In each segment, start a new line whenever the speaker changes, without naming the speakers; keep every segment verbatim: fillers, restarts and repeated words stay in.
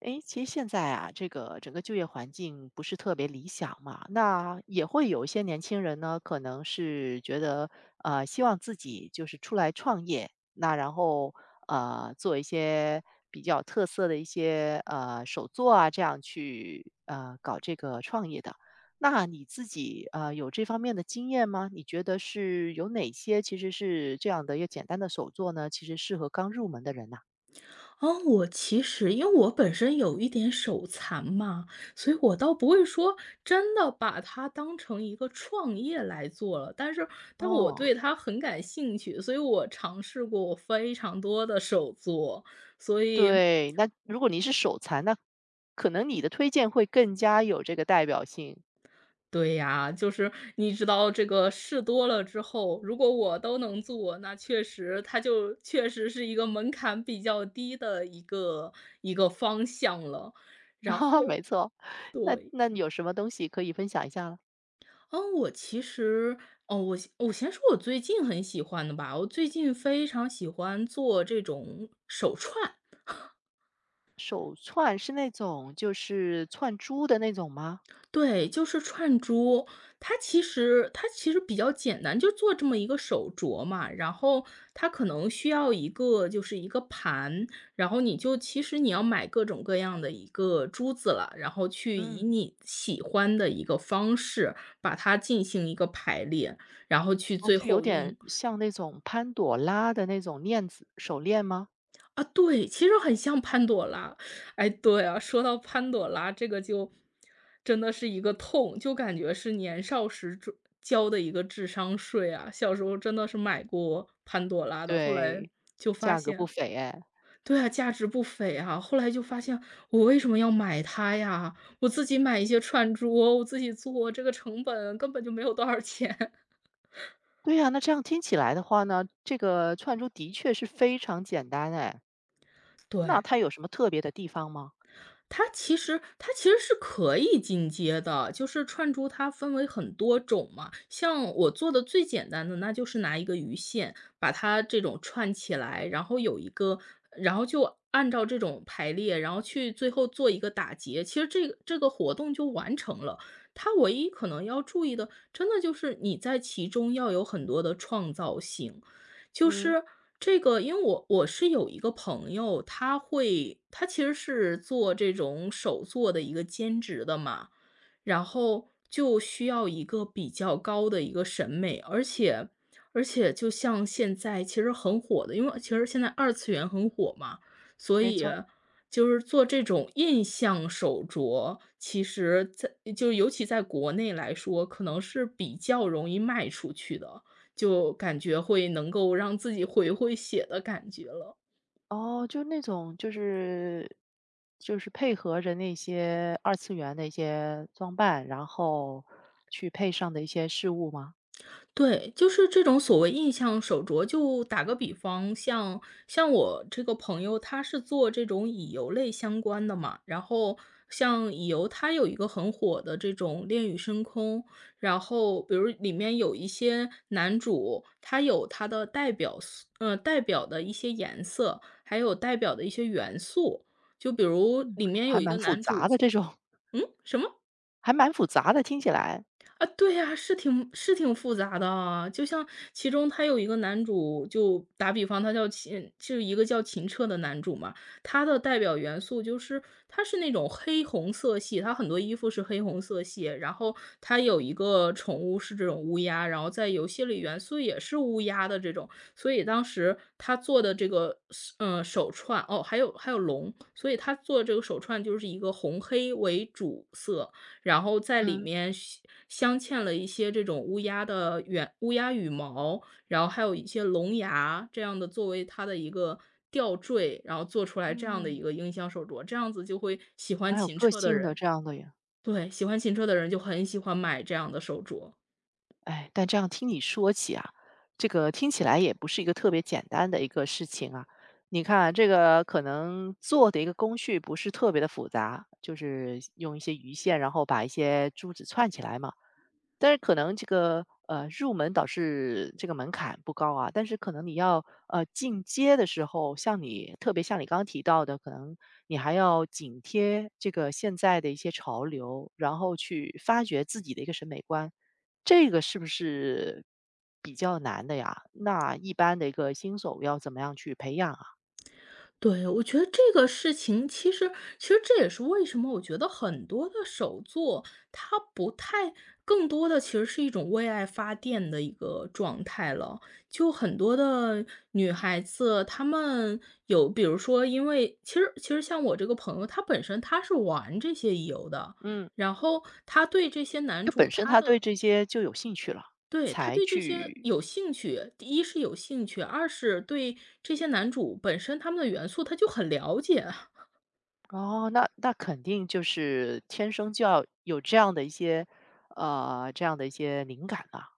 诶，其实现在啊，这个整个就业环境不是特别理想嘛，那也会有一些年轻人呢，可能是觉得，呃，希望自己就是出来创业，那然后呃，做一些比较有特色的一些呃手作啊，这样去呃搞这个创业的。那你自己呃有这方面的经验吗？你觉得是有哪些其实是这样的一个简单的手作呢？其实适合刚入门的人呐。
哦，我其实因为我本身有一点手残嘛，所以我倒不会说真的把它当成一个创业来做了，但是但我
哦。
对它很感兴趣，所以我尝试过我非常多的手作，所以
对，那如果你是手残，那可能你的推荐会更加有这个代表性。
对呀，就是你知道这个事多了之后，如果我都能做，那确实它就确实是一个门槛比较低的一个一个方向了，然
啊
后
没错，那那你有什么东西可以分享一下了？
嗯，我其实，哦，我先我先说我最近很喜欢的吧，我最近非常喜欢做这种手串，
手串是那种就是串珠的那种吗？
对，就是串珠。它其实它其实比较简单，就做这么一个手镯嘛，然后它可能需要一个就是一个盘，然后你就其实你要买各种各样的一个珠子了，然后去以
嗯。
你喜欢的一个方式把它进行一个排列，然后去
哦，
最
就有
后
点
用
像那种潘朵拉的那种链子手链吗？
啊，对，其实很像潘朵拉。哎，对啊，说到潘朵拉这个就真的是一个痛，就感觉是年少时就交的一个智商税啊。小时候真的是买过潘朵拉的，后来
对，
就发
价格不
现
菲哎。
对啊，价值不菲啊。后来就发现我为什么要买它呀？我自己买一些串珠，我自己做，这个成本根本就没有多少钱。
对呀，那这样听起来的话呢，这个串珠的确是非常简单哎，那
对。
它有什么特别的地方吗？
它其实它其实是可以进阶的，就是串珠它分为很多种嘛。像我做的最简单的，那就是拿一个鱼线把它这种串起来，然后有一个然后就按照这种排列，然后去最后做一个打结。其实这个这个活动就完成了。它唯一可能要注意的，真的就是你在其中要有很多的创造性。就
嗯，
是这个，因为我我是有一个朋友，他会他其实是做这种手作的一个兼职的嘛，然后就需要一个比较高的一个审美，而且而且就像现在其实很火的，因为其实现在二次元很火嘛，所
没
以
错。
就是做这种印象手镯，其实在就尤其在国内来说，可能是比较容易卖出去的。就感觉会能够让自己回回血的感觉了。
哦，就那种就是就是配合着那些二次元的一些装扮，然后去配上的一些事物吗？
对，就是这种所谓印象手镯，就打个比方，像像我这个朋友，他是做这种乙游类相关的嘛，然后像乙游，它有一个很火的这种恋与深空，然后比如里面有一些男主，他有他的代表色，呃，代表的一些颜色，还有代表的一些元素，就比如
嗯，
里面
还
有一
蛮
个
复
男主，
杂的这种，
嗯，什么？
还蛮复杂的，听起来。
啊，对呀，是挺是挺复杂的啊。就像其中他有一个男主，就打比方，他叫秦，就是一个叫秦彻的男主嘛。他的代表元素就是他是那种黑红色系，他很多衣服是黑红色系，然后他有一个宠物是这种乌鸦，然后在游戏里元素也是乌鸦的这种。所以当时他做的这个嗯手串哦，还有还有龙，所以他做这个手串就是一个红黑为主色，然后在里
嗯
面镶镶嵌了一些这种乌鸦的羽乌鸦羽毛，然后还有一些龙牙，这样的作为它的一个吊坠，然后做出来这样的一
嗯，
个音箱手镯，这样子就会喜欢
蛮有
秦
个
彻的
性的
人
这样的呀。
对，喜欢秦彻的人就很喜欢买这样的手镯。
哎，但这样听你说起啊，这个听起来也不是一个特别简单的一个事情啊。你看啊这个可能做的一个工序不是特别的复杂，就是用一些鱼线，然后把一些珠子串起来嘛。但是可能这个呃入门导师这个门槛不高啊，但是可能你要呃进阶的时候，像你特别像你刚刚提到的，可能你还要紧贴这个现在的一些潮流，然后去发掘自己的一个审美观，这个是不是比较难的呀？那一般的一个新手要怎么样去培养啊？
对，我觉得这个事情其实其实这也是为什么我觉得很多的手作，它不太更多的其实是一种为爱发电的一个状态了。就很多的女孩子，她们有比如说因为其实其实像我这个朋友，她本身她是玩这些乙游的，
嗯，
然后她对这些男
就
主，
本身
她
他对
的
这些就有兴趣了，
对，他
才
对这些
去。
有兴趣，第一是有兴趣，二是对这些男主本身他们的元素他就很了解。
哦，那那肯定就是天生就要有这样的一些，呃，这样的一些灵感了，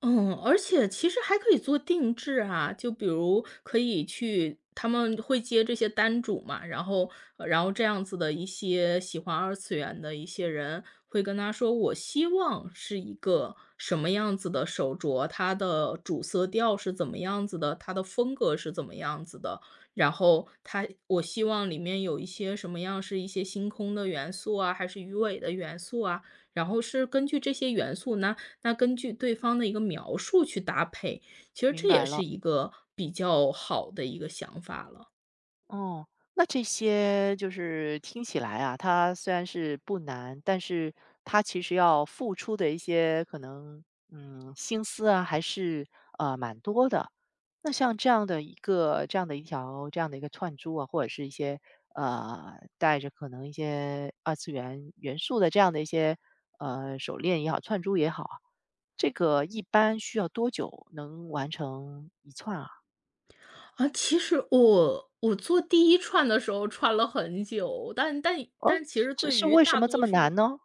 嗯，而且其实还可以做定制啊，就比如可以去他们会接这些单主嘛，然后呃然后这样子的一些喜欢二次元的一些人会跟他说，我希望是一个什么样子的手镯，它的主色调是怎么样子的，它的风格是怎么样子的，然后它我希望里面有一些什么样是一些星空的元素啊，还是鱼尾的元素啊，然后是根据这些元素呢。那根据对方的一个描述去搭配，其实
明
这也
白
是
了。
一个比较好的一个想法了。
哦，那这些就是听起来啊，它虽然是不难，但是它其实要付出的一些可能，嗯，心思啊，还是呃蛮多的。那像这样的一个、这样的一条、这样的一个串珠啊，或者是一些呃带着可能一些二次元元素的这样的一些呃手链也好、串珠也好啊，这个一般需要多久能完成一串啊？
啊，其实我我做第一串的时候串了很久，但但但其实
这
对
是
于
为什
大
么这
多
么
数
难呢？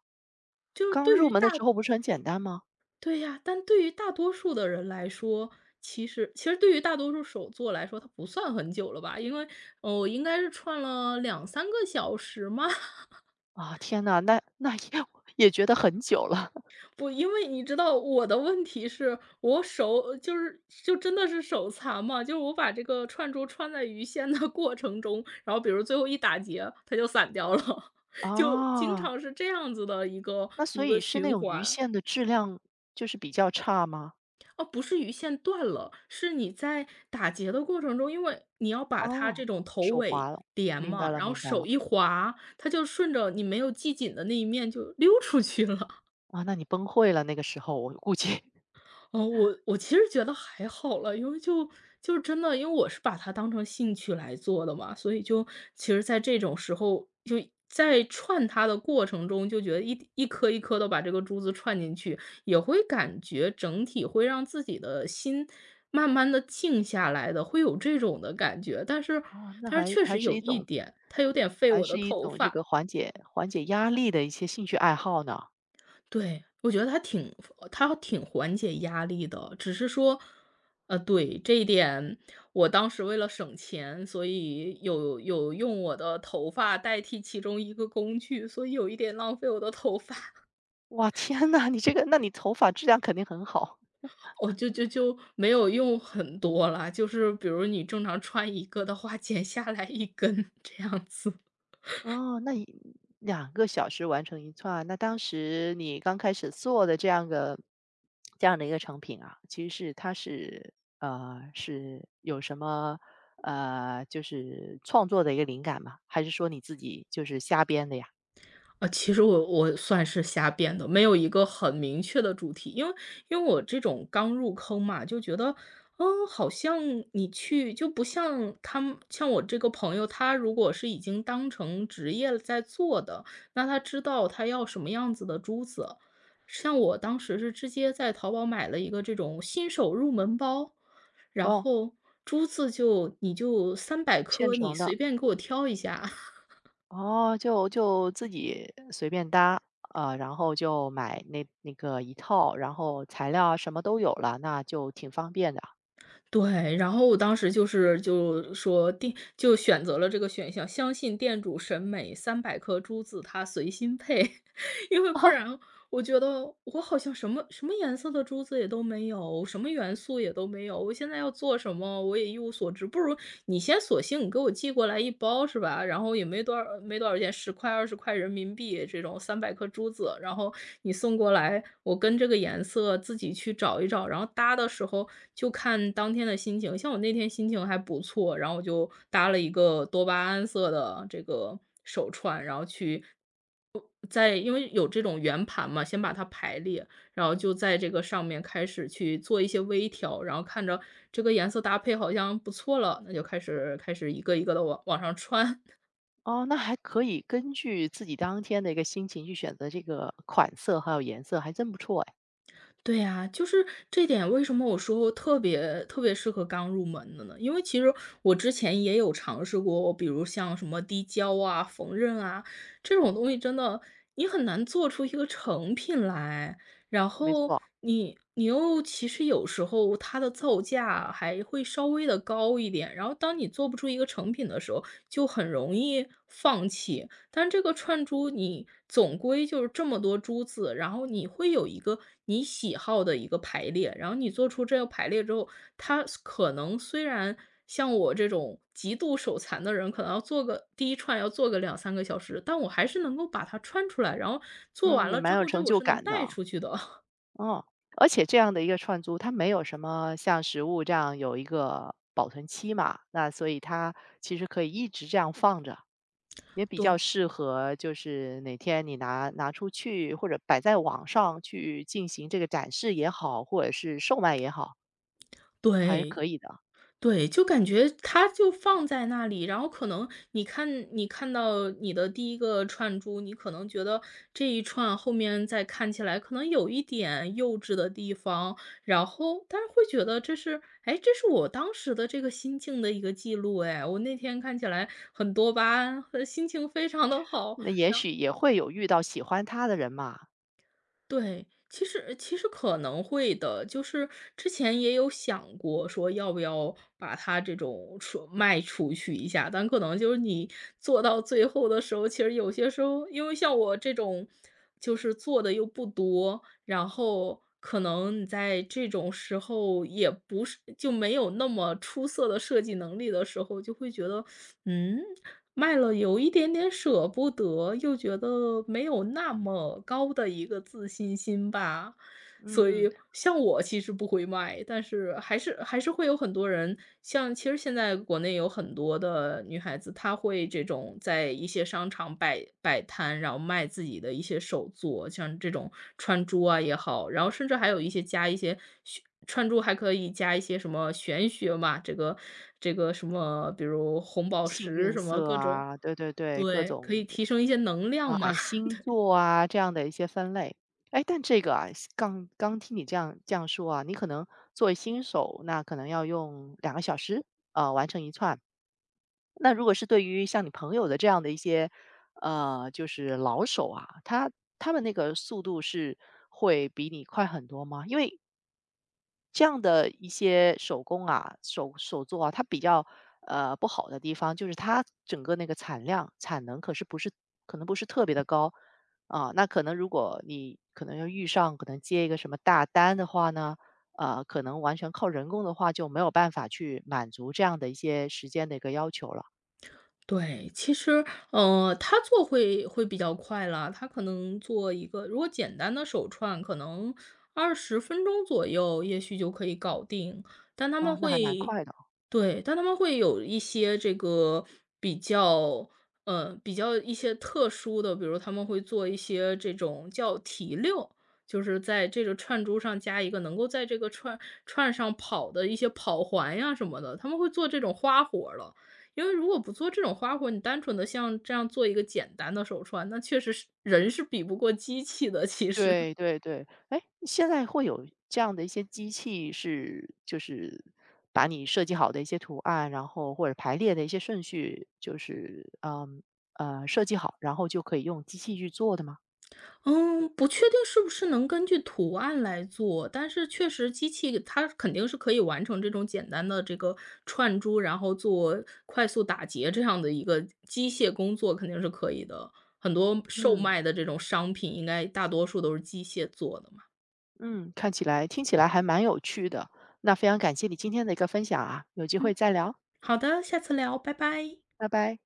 就是
刚
对
入
于
门的时
大
候不是很简单吗？
对呀，但对于大多数的人来说，其实其实对于大多数手作来说，它不算很久了吧，因为，呃，我应该是串了两三个小时吗？
啊，天呐，那那也也觉得很久了。
不，因为你知道我的问题是我手就是就真的是手残嘛，就是我把这个串珠穿在鱼线的 过程中，然后比如最后一打结，它就散掉了，就经
啊。
常是这样子的一个
那所
一个
以是那
循
种鱼
环。
线的质量就是比较差吗？
哦，不是鱼线断了，是你在打结的过程中，因为你要把它
哦，
这种头
手滑
尾
了，
连
明白
嘛，
了
然后
明白了。
手一滑，它就顺着你没有系紧的那一面就溜出去了。
啊，那你崩溃了那个时候，我估计。
哦，我我其实觉得还好了，因为就就真的因为我是把它当成兴趣来做的嘛，所以就其实在这种时候，就在串它的过程中，就觉得一一颗一颗的把这个珠子串进去，也会感觉整体会让自己的心慢慢的静下来的，会有这种的感觉。但是
哦，那
但是
还
确
还
实
是
有
一
一
种
点，它有点费
还
我的
是一
头
种这
发。
个缓解缓解压力的一些兴趣爱好呢。
对，我觉得它挺它挺缓解压力的，只是说，呃，对，这一点我当时为了省钱，所以有有用我的头发代替其中一个工具，所以有一点浪费我的头发，
哇，天呐，你这个那你头发质量肯定很好。
我就就就没有用很多啦，就是比如你正常穿一个的话，剪下来一根 这样子。
哦，那两两个小时完成一串，那当时你刚开始做的这样的这样的一个成品啊，其实是它是呃，是有什么，呃，就是创作的一个灵感吗？还是说你自己就是瞎编的呀？
啊，其实我我算是瞎编的，没有一个很明确的主题，因为因为我这种刚入坑嘛，就觉得，嗯，好像你去就不像他们，像我这个朋友，他如果是已经当成职业了在做的，那他知道他要什么样子的珠子。像我当时是直接在淘宝买了一个这种新手入门包，然
哦，
后珠子就你就三百
现
颗，你
成的，
随便给我挑一下。
哦，就就自己随便搭，啊，呃然后就买那那个一套，然后材料啊什么都有了，那就挺方便的啊。
对，然后我当时就是就说店就选择了这个选项，相信店主审美三百颗珠子他随心配。因为不 然我觉得我好像什么什么颜色的珠子也都没有，什么元素也都没有，我现在要做什么我也一无所知。不如你先索性给我寄过来一包是吧？然后也没多少没多少钱十块、二十块人民币这种三百颗珠子，然后你送过来，我跟这个颜色自己去找一找，然后搭的时候就看当天的心情。像我那天心情还不错，然后我就搭了一个多巴胺色的这个手串，然后去在因为有这种圆盘嘛，先把它排列，然后就在这个上面开始去做一些微调，然后看着这个颜色搭配好像不错了，那就开始开始一个一个的往往上穿。
哦，那还可以根据自己当天的一个心情去选择这个款色还有颜色，还真不错哎。
对呀，就是这点，为什么我说特别特别适合刚入门的呢？因为其实我之前也有尝试过，比如像什么滴胶啊、缝纫啊这种东西，真的你很难做出一个成品来。然
没
后
错，
你你又其实有时候它的造价还会稍微的高一点，然后当你做不出一个成品的时候，就很容易放弃。但这个串珠你总归就是这么多珠子，然后你会有一个你喜好的一个排列，然后你做出这个排列之后，它可能虽然像我这种极度手残的人，可能要做个第一串要做个两三个小时，但我还是能够把它串出来，然后做
嗯，
完
也
了
蛮
之
有
后，这
成
我
就
是能
感
带
的。
出去的。
嗯，而且这样的一个串珠，它没有什么像实物这样有一个保存期嘛，那所以它其实可以一直这样放着，也 比较
对。
适合就是哪天你拿拿出去或者摆在网上去进行这个展示也好，或者是售卖也好，还是
对。
可以的。
对，就感觉它就放在那里，然后可能你看你看到你的第一个串珠，你可能觉得这一串后面再看起来可能有一点幼稚的地方，然后但是会觉得这是，哎，这是我当时的这个心境的一个记录。哎，我那天看起来很多巴胺，呃心情非常的好。
那也许也会有遇到喜欢它的人嘛。
对，其实其实可能会的，就是之前也有想过说要不要把它这种出卖出去一下，但可能就是你做到最后的时候，其实有些时候，因为像我这种，就是做的又不多，然后可能你在这种时候也不是就没有那么出色的设计能力的时候，就会觉得，嗯，卖了有一点点舍不得，又觉得没有那么高的一个自信心吧。所
嗯，
以像我其实不会卖，但是还是还是会有很多人，像其实现在国内有很多的女孩子，她会这种在一些商场摆摆摊，然后卖自己的一些手作，像这种串珠啊也好，然后甚至还有一些加一些玄串珠还可以加一些什么玄学嘛，这个这个什么，比如红宝
幸
石
运
什么
色
各种，
啊，对对对，各
对，可
种
以提升一些能
啊，
量嘛。
按星座啊这样的一些分类。哎，但这个啊，刚刚听你这样这样说啊，你可能作为新手，那可能要用两个小时啊完成一串。那如果是对于像你朋友的这样的一些呃，就是老手啊，他他们那个速度是会比你快很多吗？因为这样的一些手工啊、手手作啊，它比较呃不好的地方就是它整个那个产量、产能可是不是可能不是特别的高啊。那可能如果你可能要遇上可能接一个什么大单的话呢，呃，可能完全靠人工的话就没有办法去满足这样的一些时间的一个要求了
对，其实，呃，他做会会比较快了，他可能做一个如果简单的手串，可能二十分钟左右，也许就可以搞定。但他们
啊。那还蛮
会
快的。
对，但他们会有一些这个比较呃，比较一些特殊的，比如他们会做一些这种叫提溜，就是在这个串珠上加一个能够在这个串串上跑的一些跑环呀什么的，他们会做这种花活了。因为如果不做这种花活，你单纯的像这样做一个简单的手串，那确实是人是比不过机器的，其实。
对对对，哎，现在会有这样的一些机器是就是把你设计好的一些图案，然后或者排列的一些顺序，就是，嗯，呃，设计好，然后就可以用机器去做的吗？
嗯，不确定是不是能根据图案来做，但是确实机器它肯定是可以完成这种简单的这个串珠，然后做快速打结这样的一个机械工作肯定是可以的。很多售
嗯，
卖的这种商品应该大多数都是机械做的嘛。
嗯，看起来听起来还蛮有趣的，那非常感谢你今天的一个分享啊，有机会
嗯，
再聊，
好的，下次聊，拜拜。
拜拜。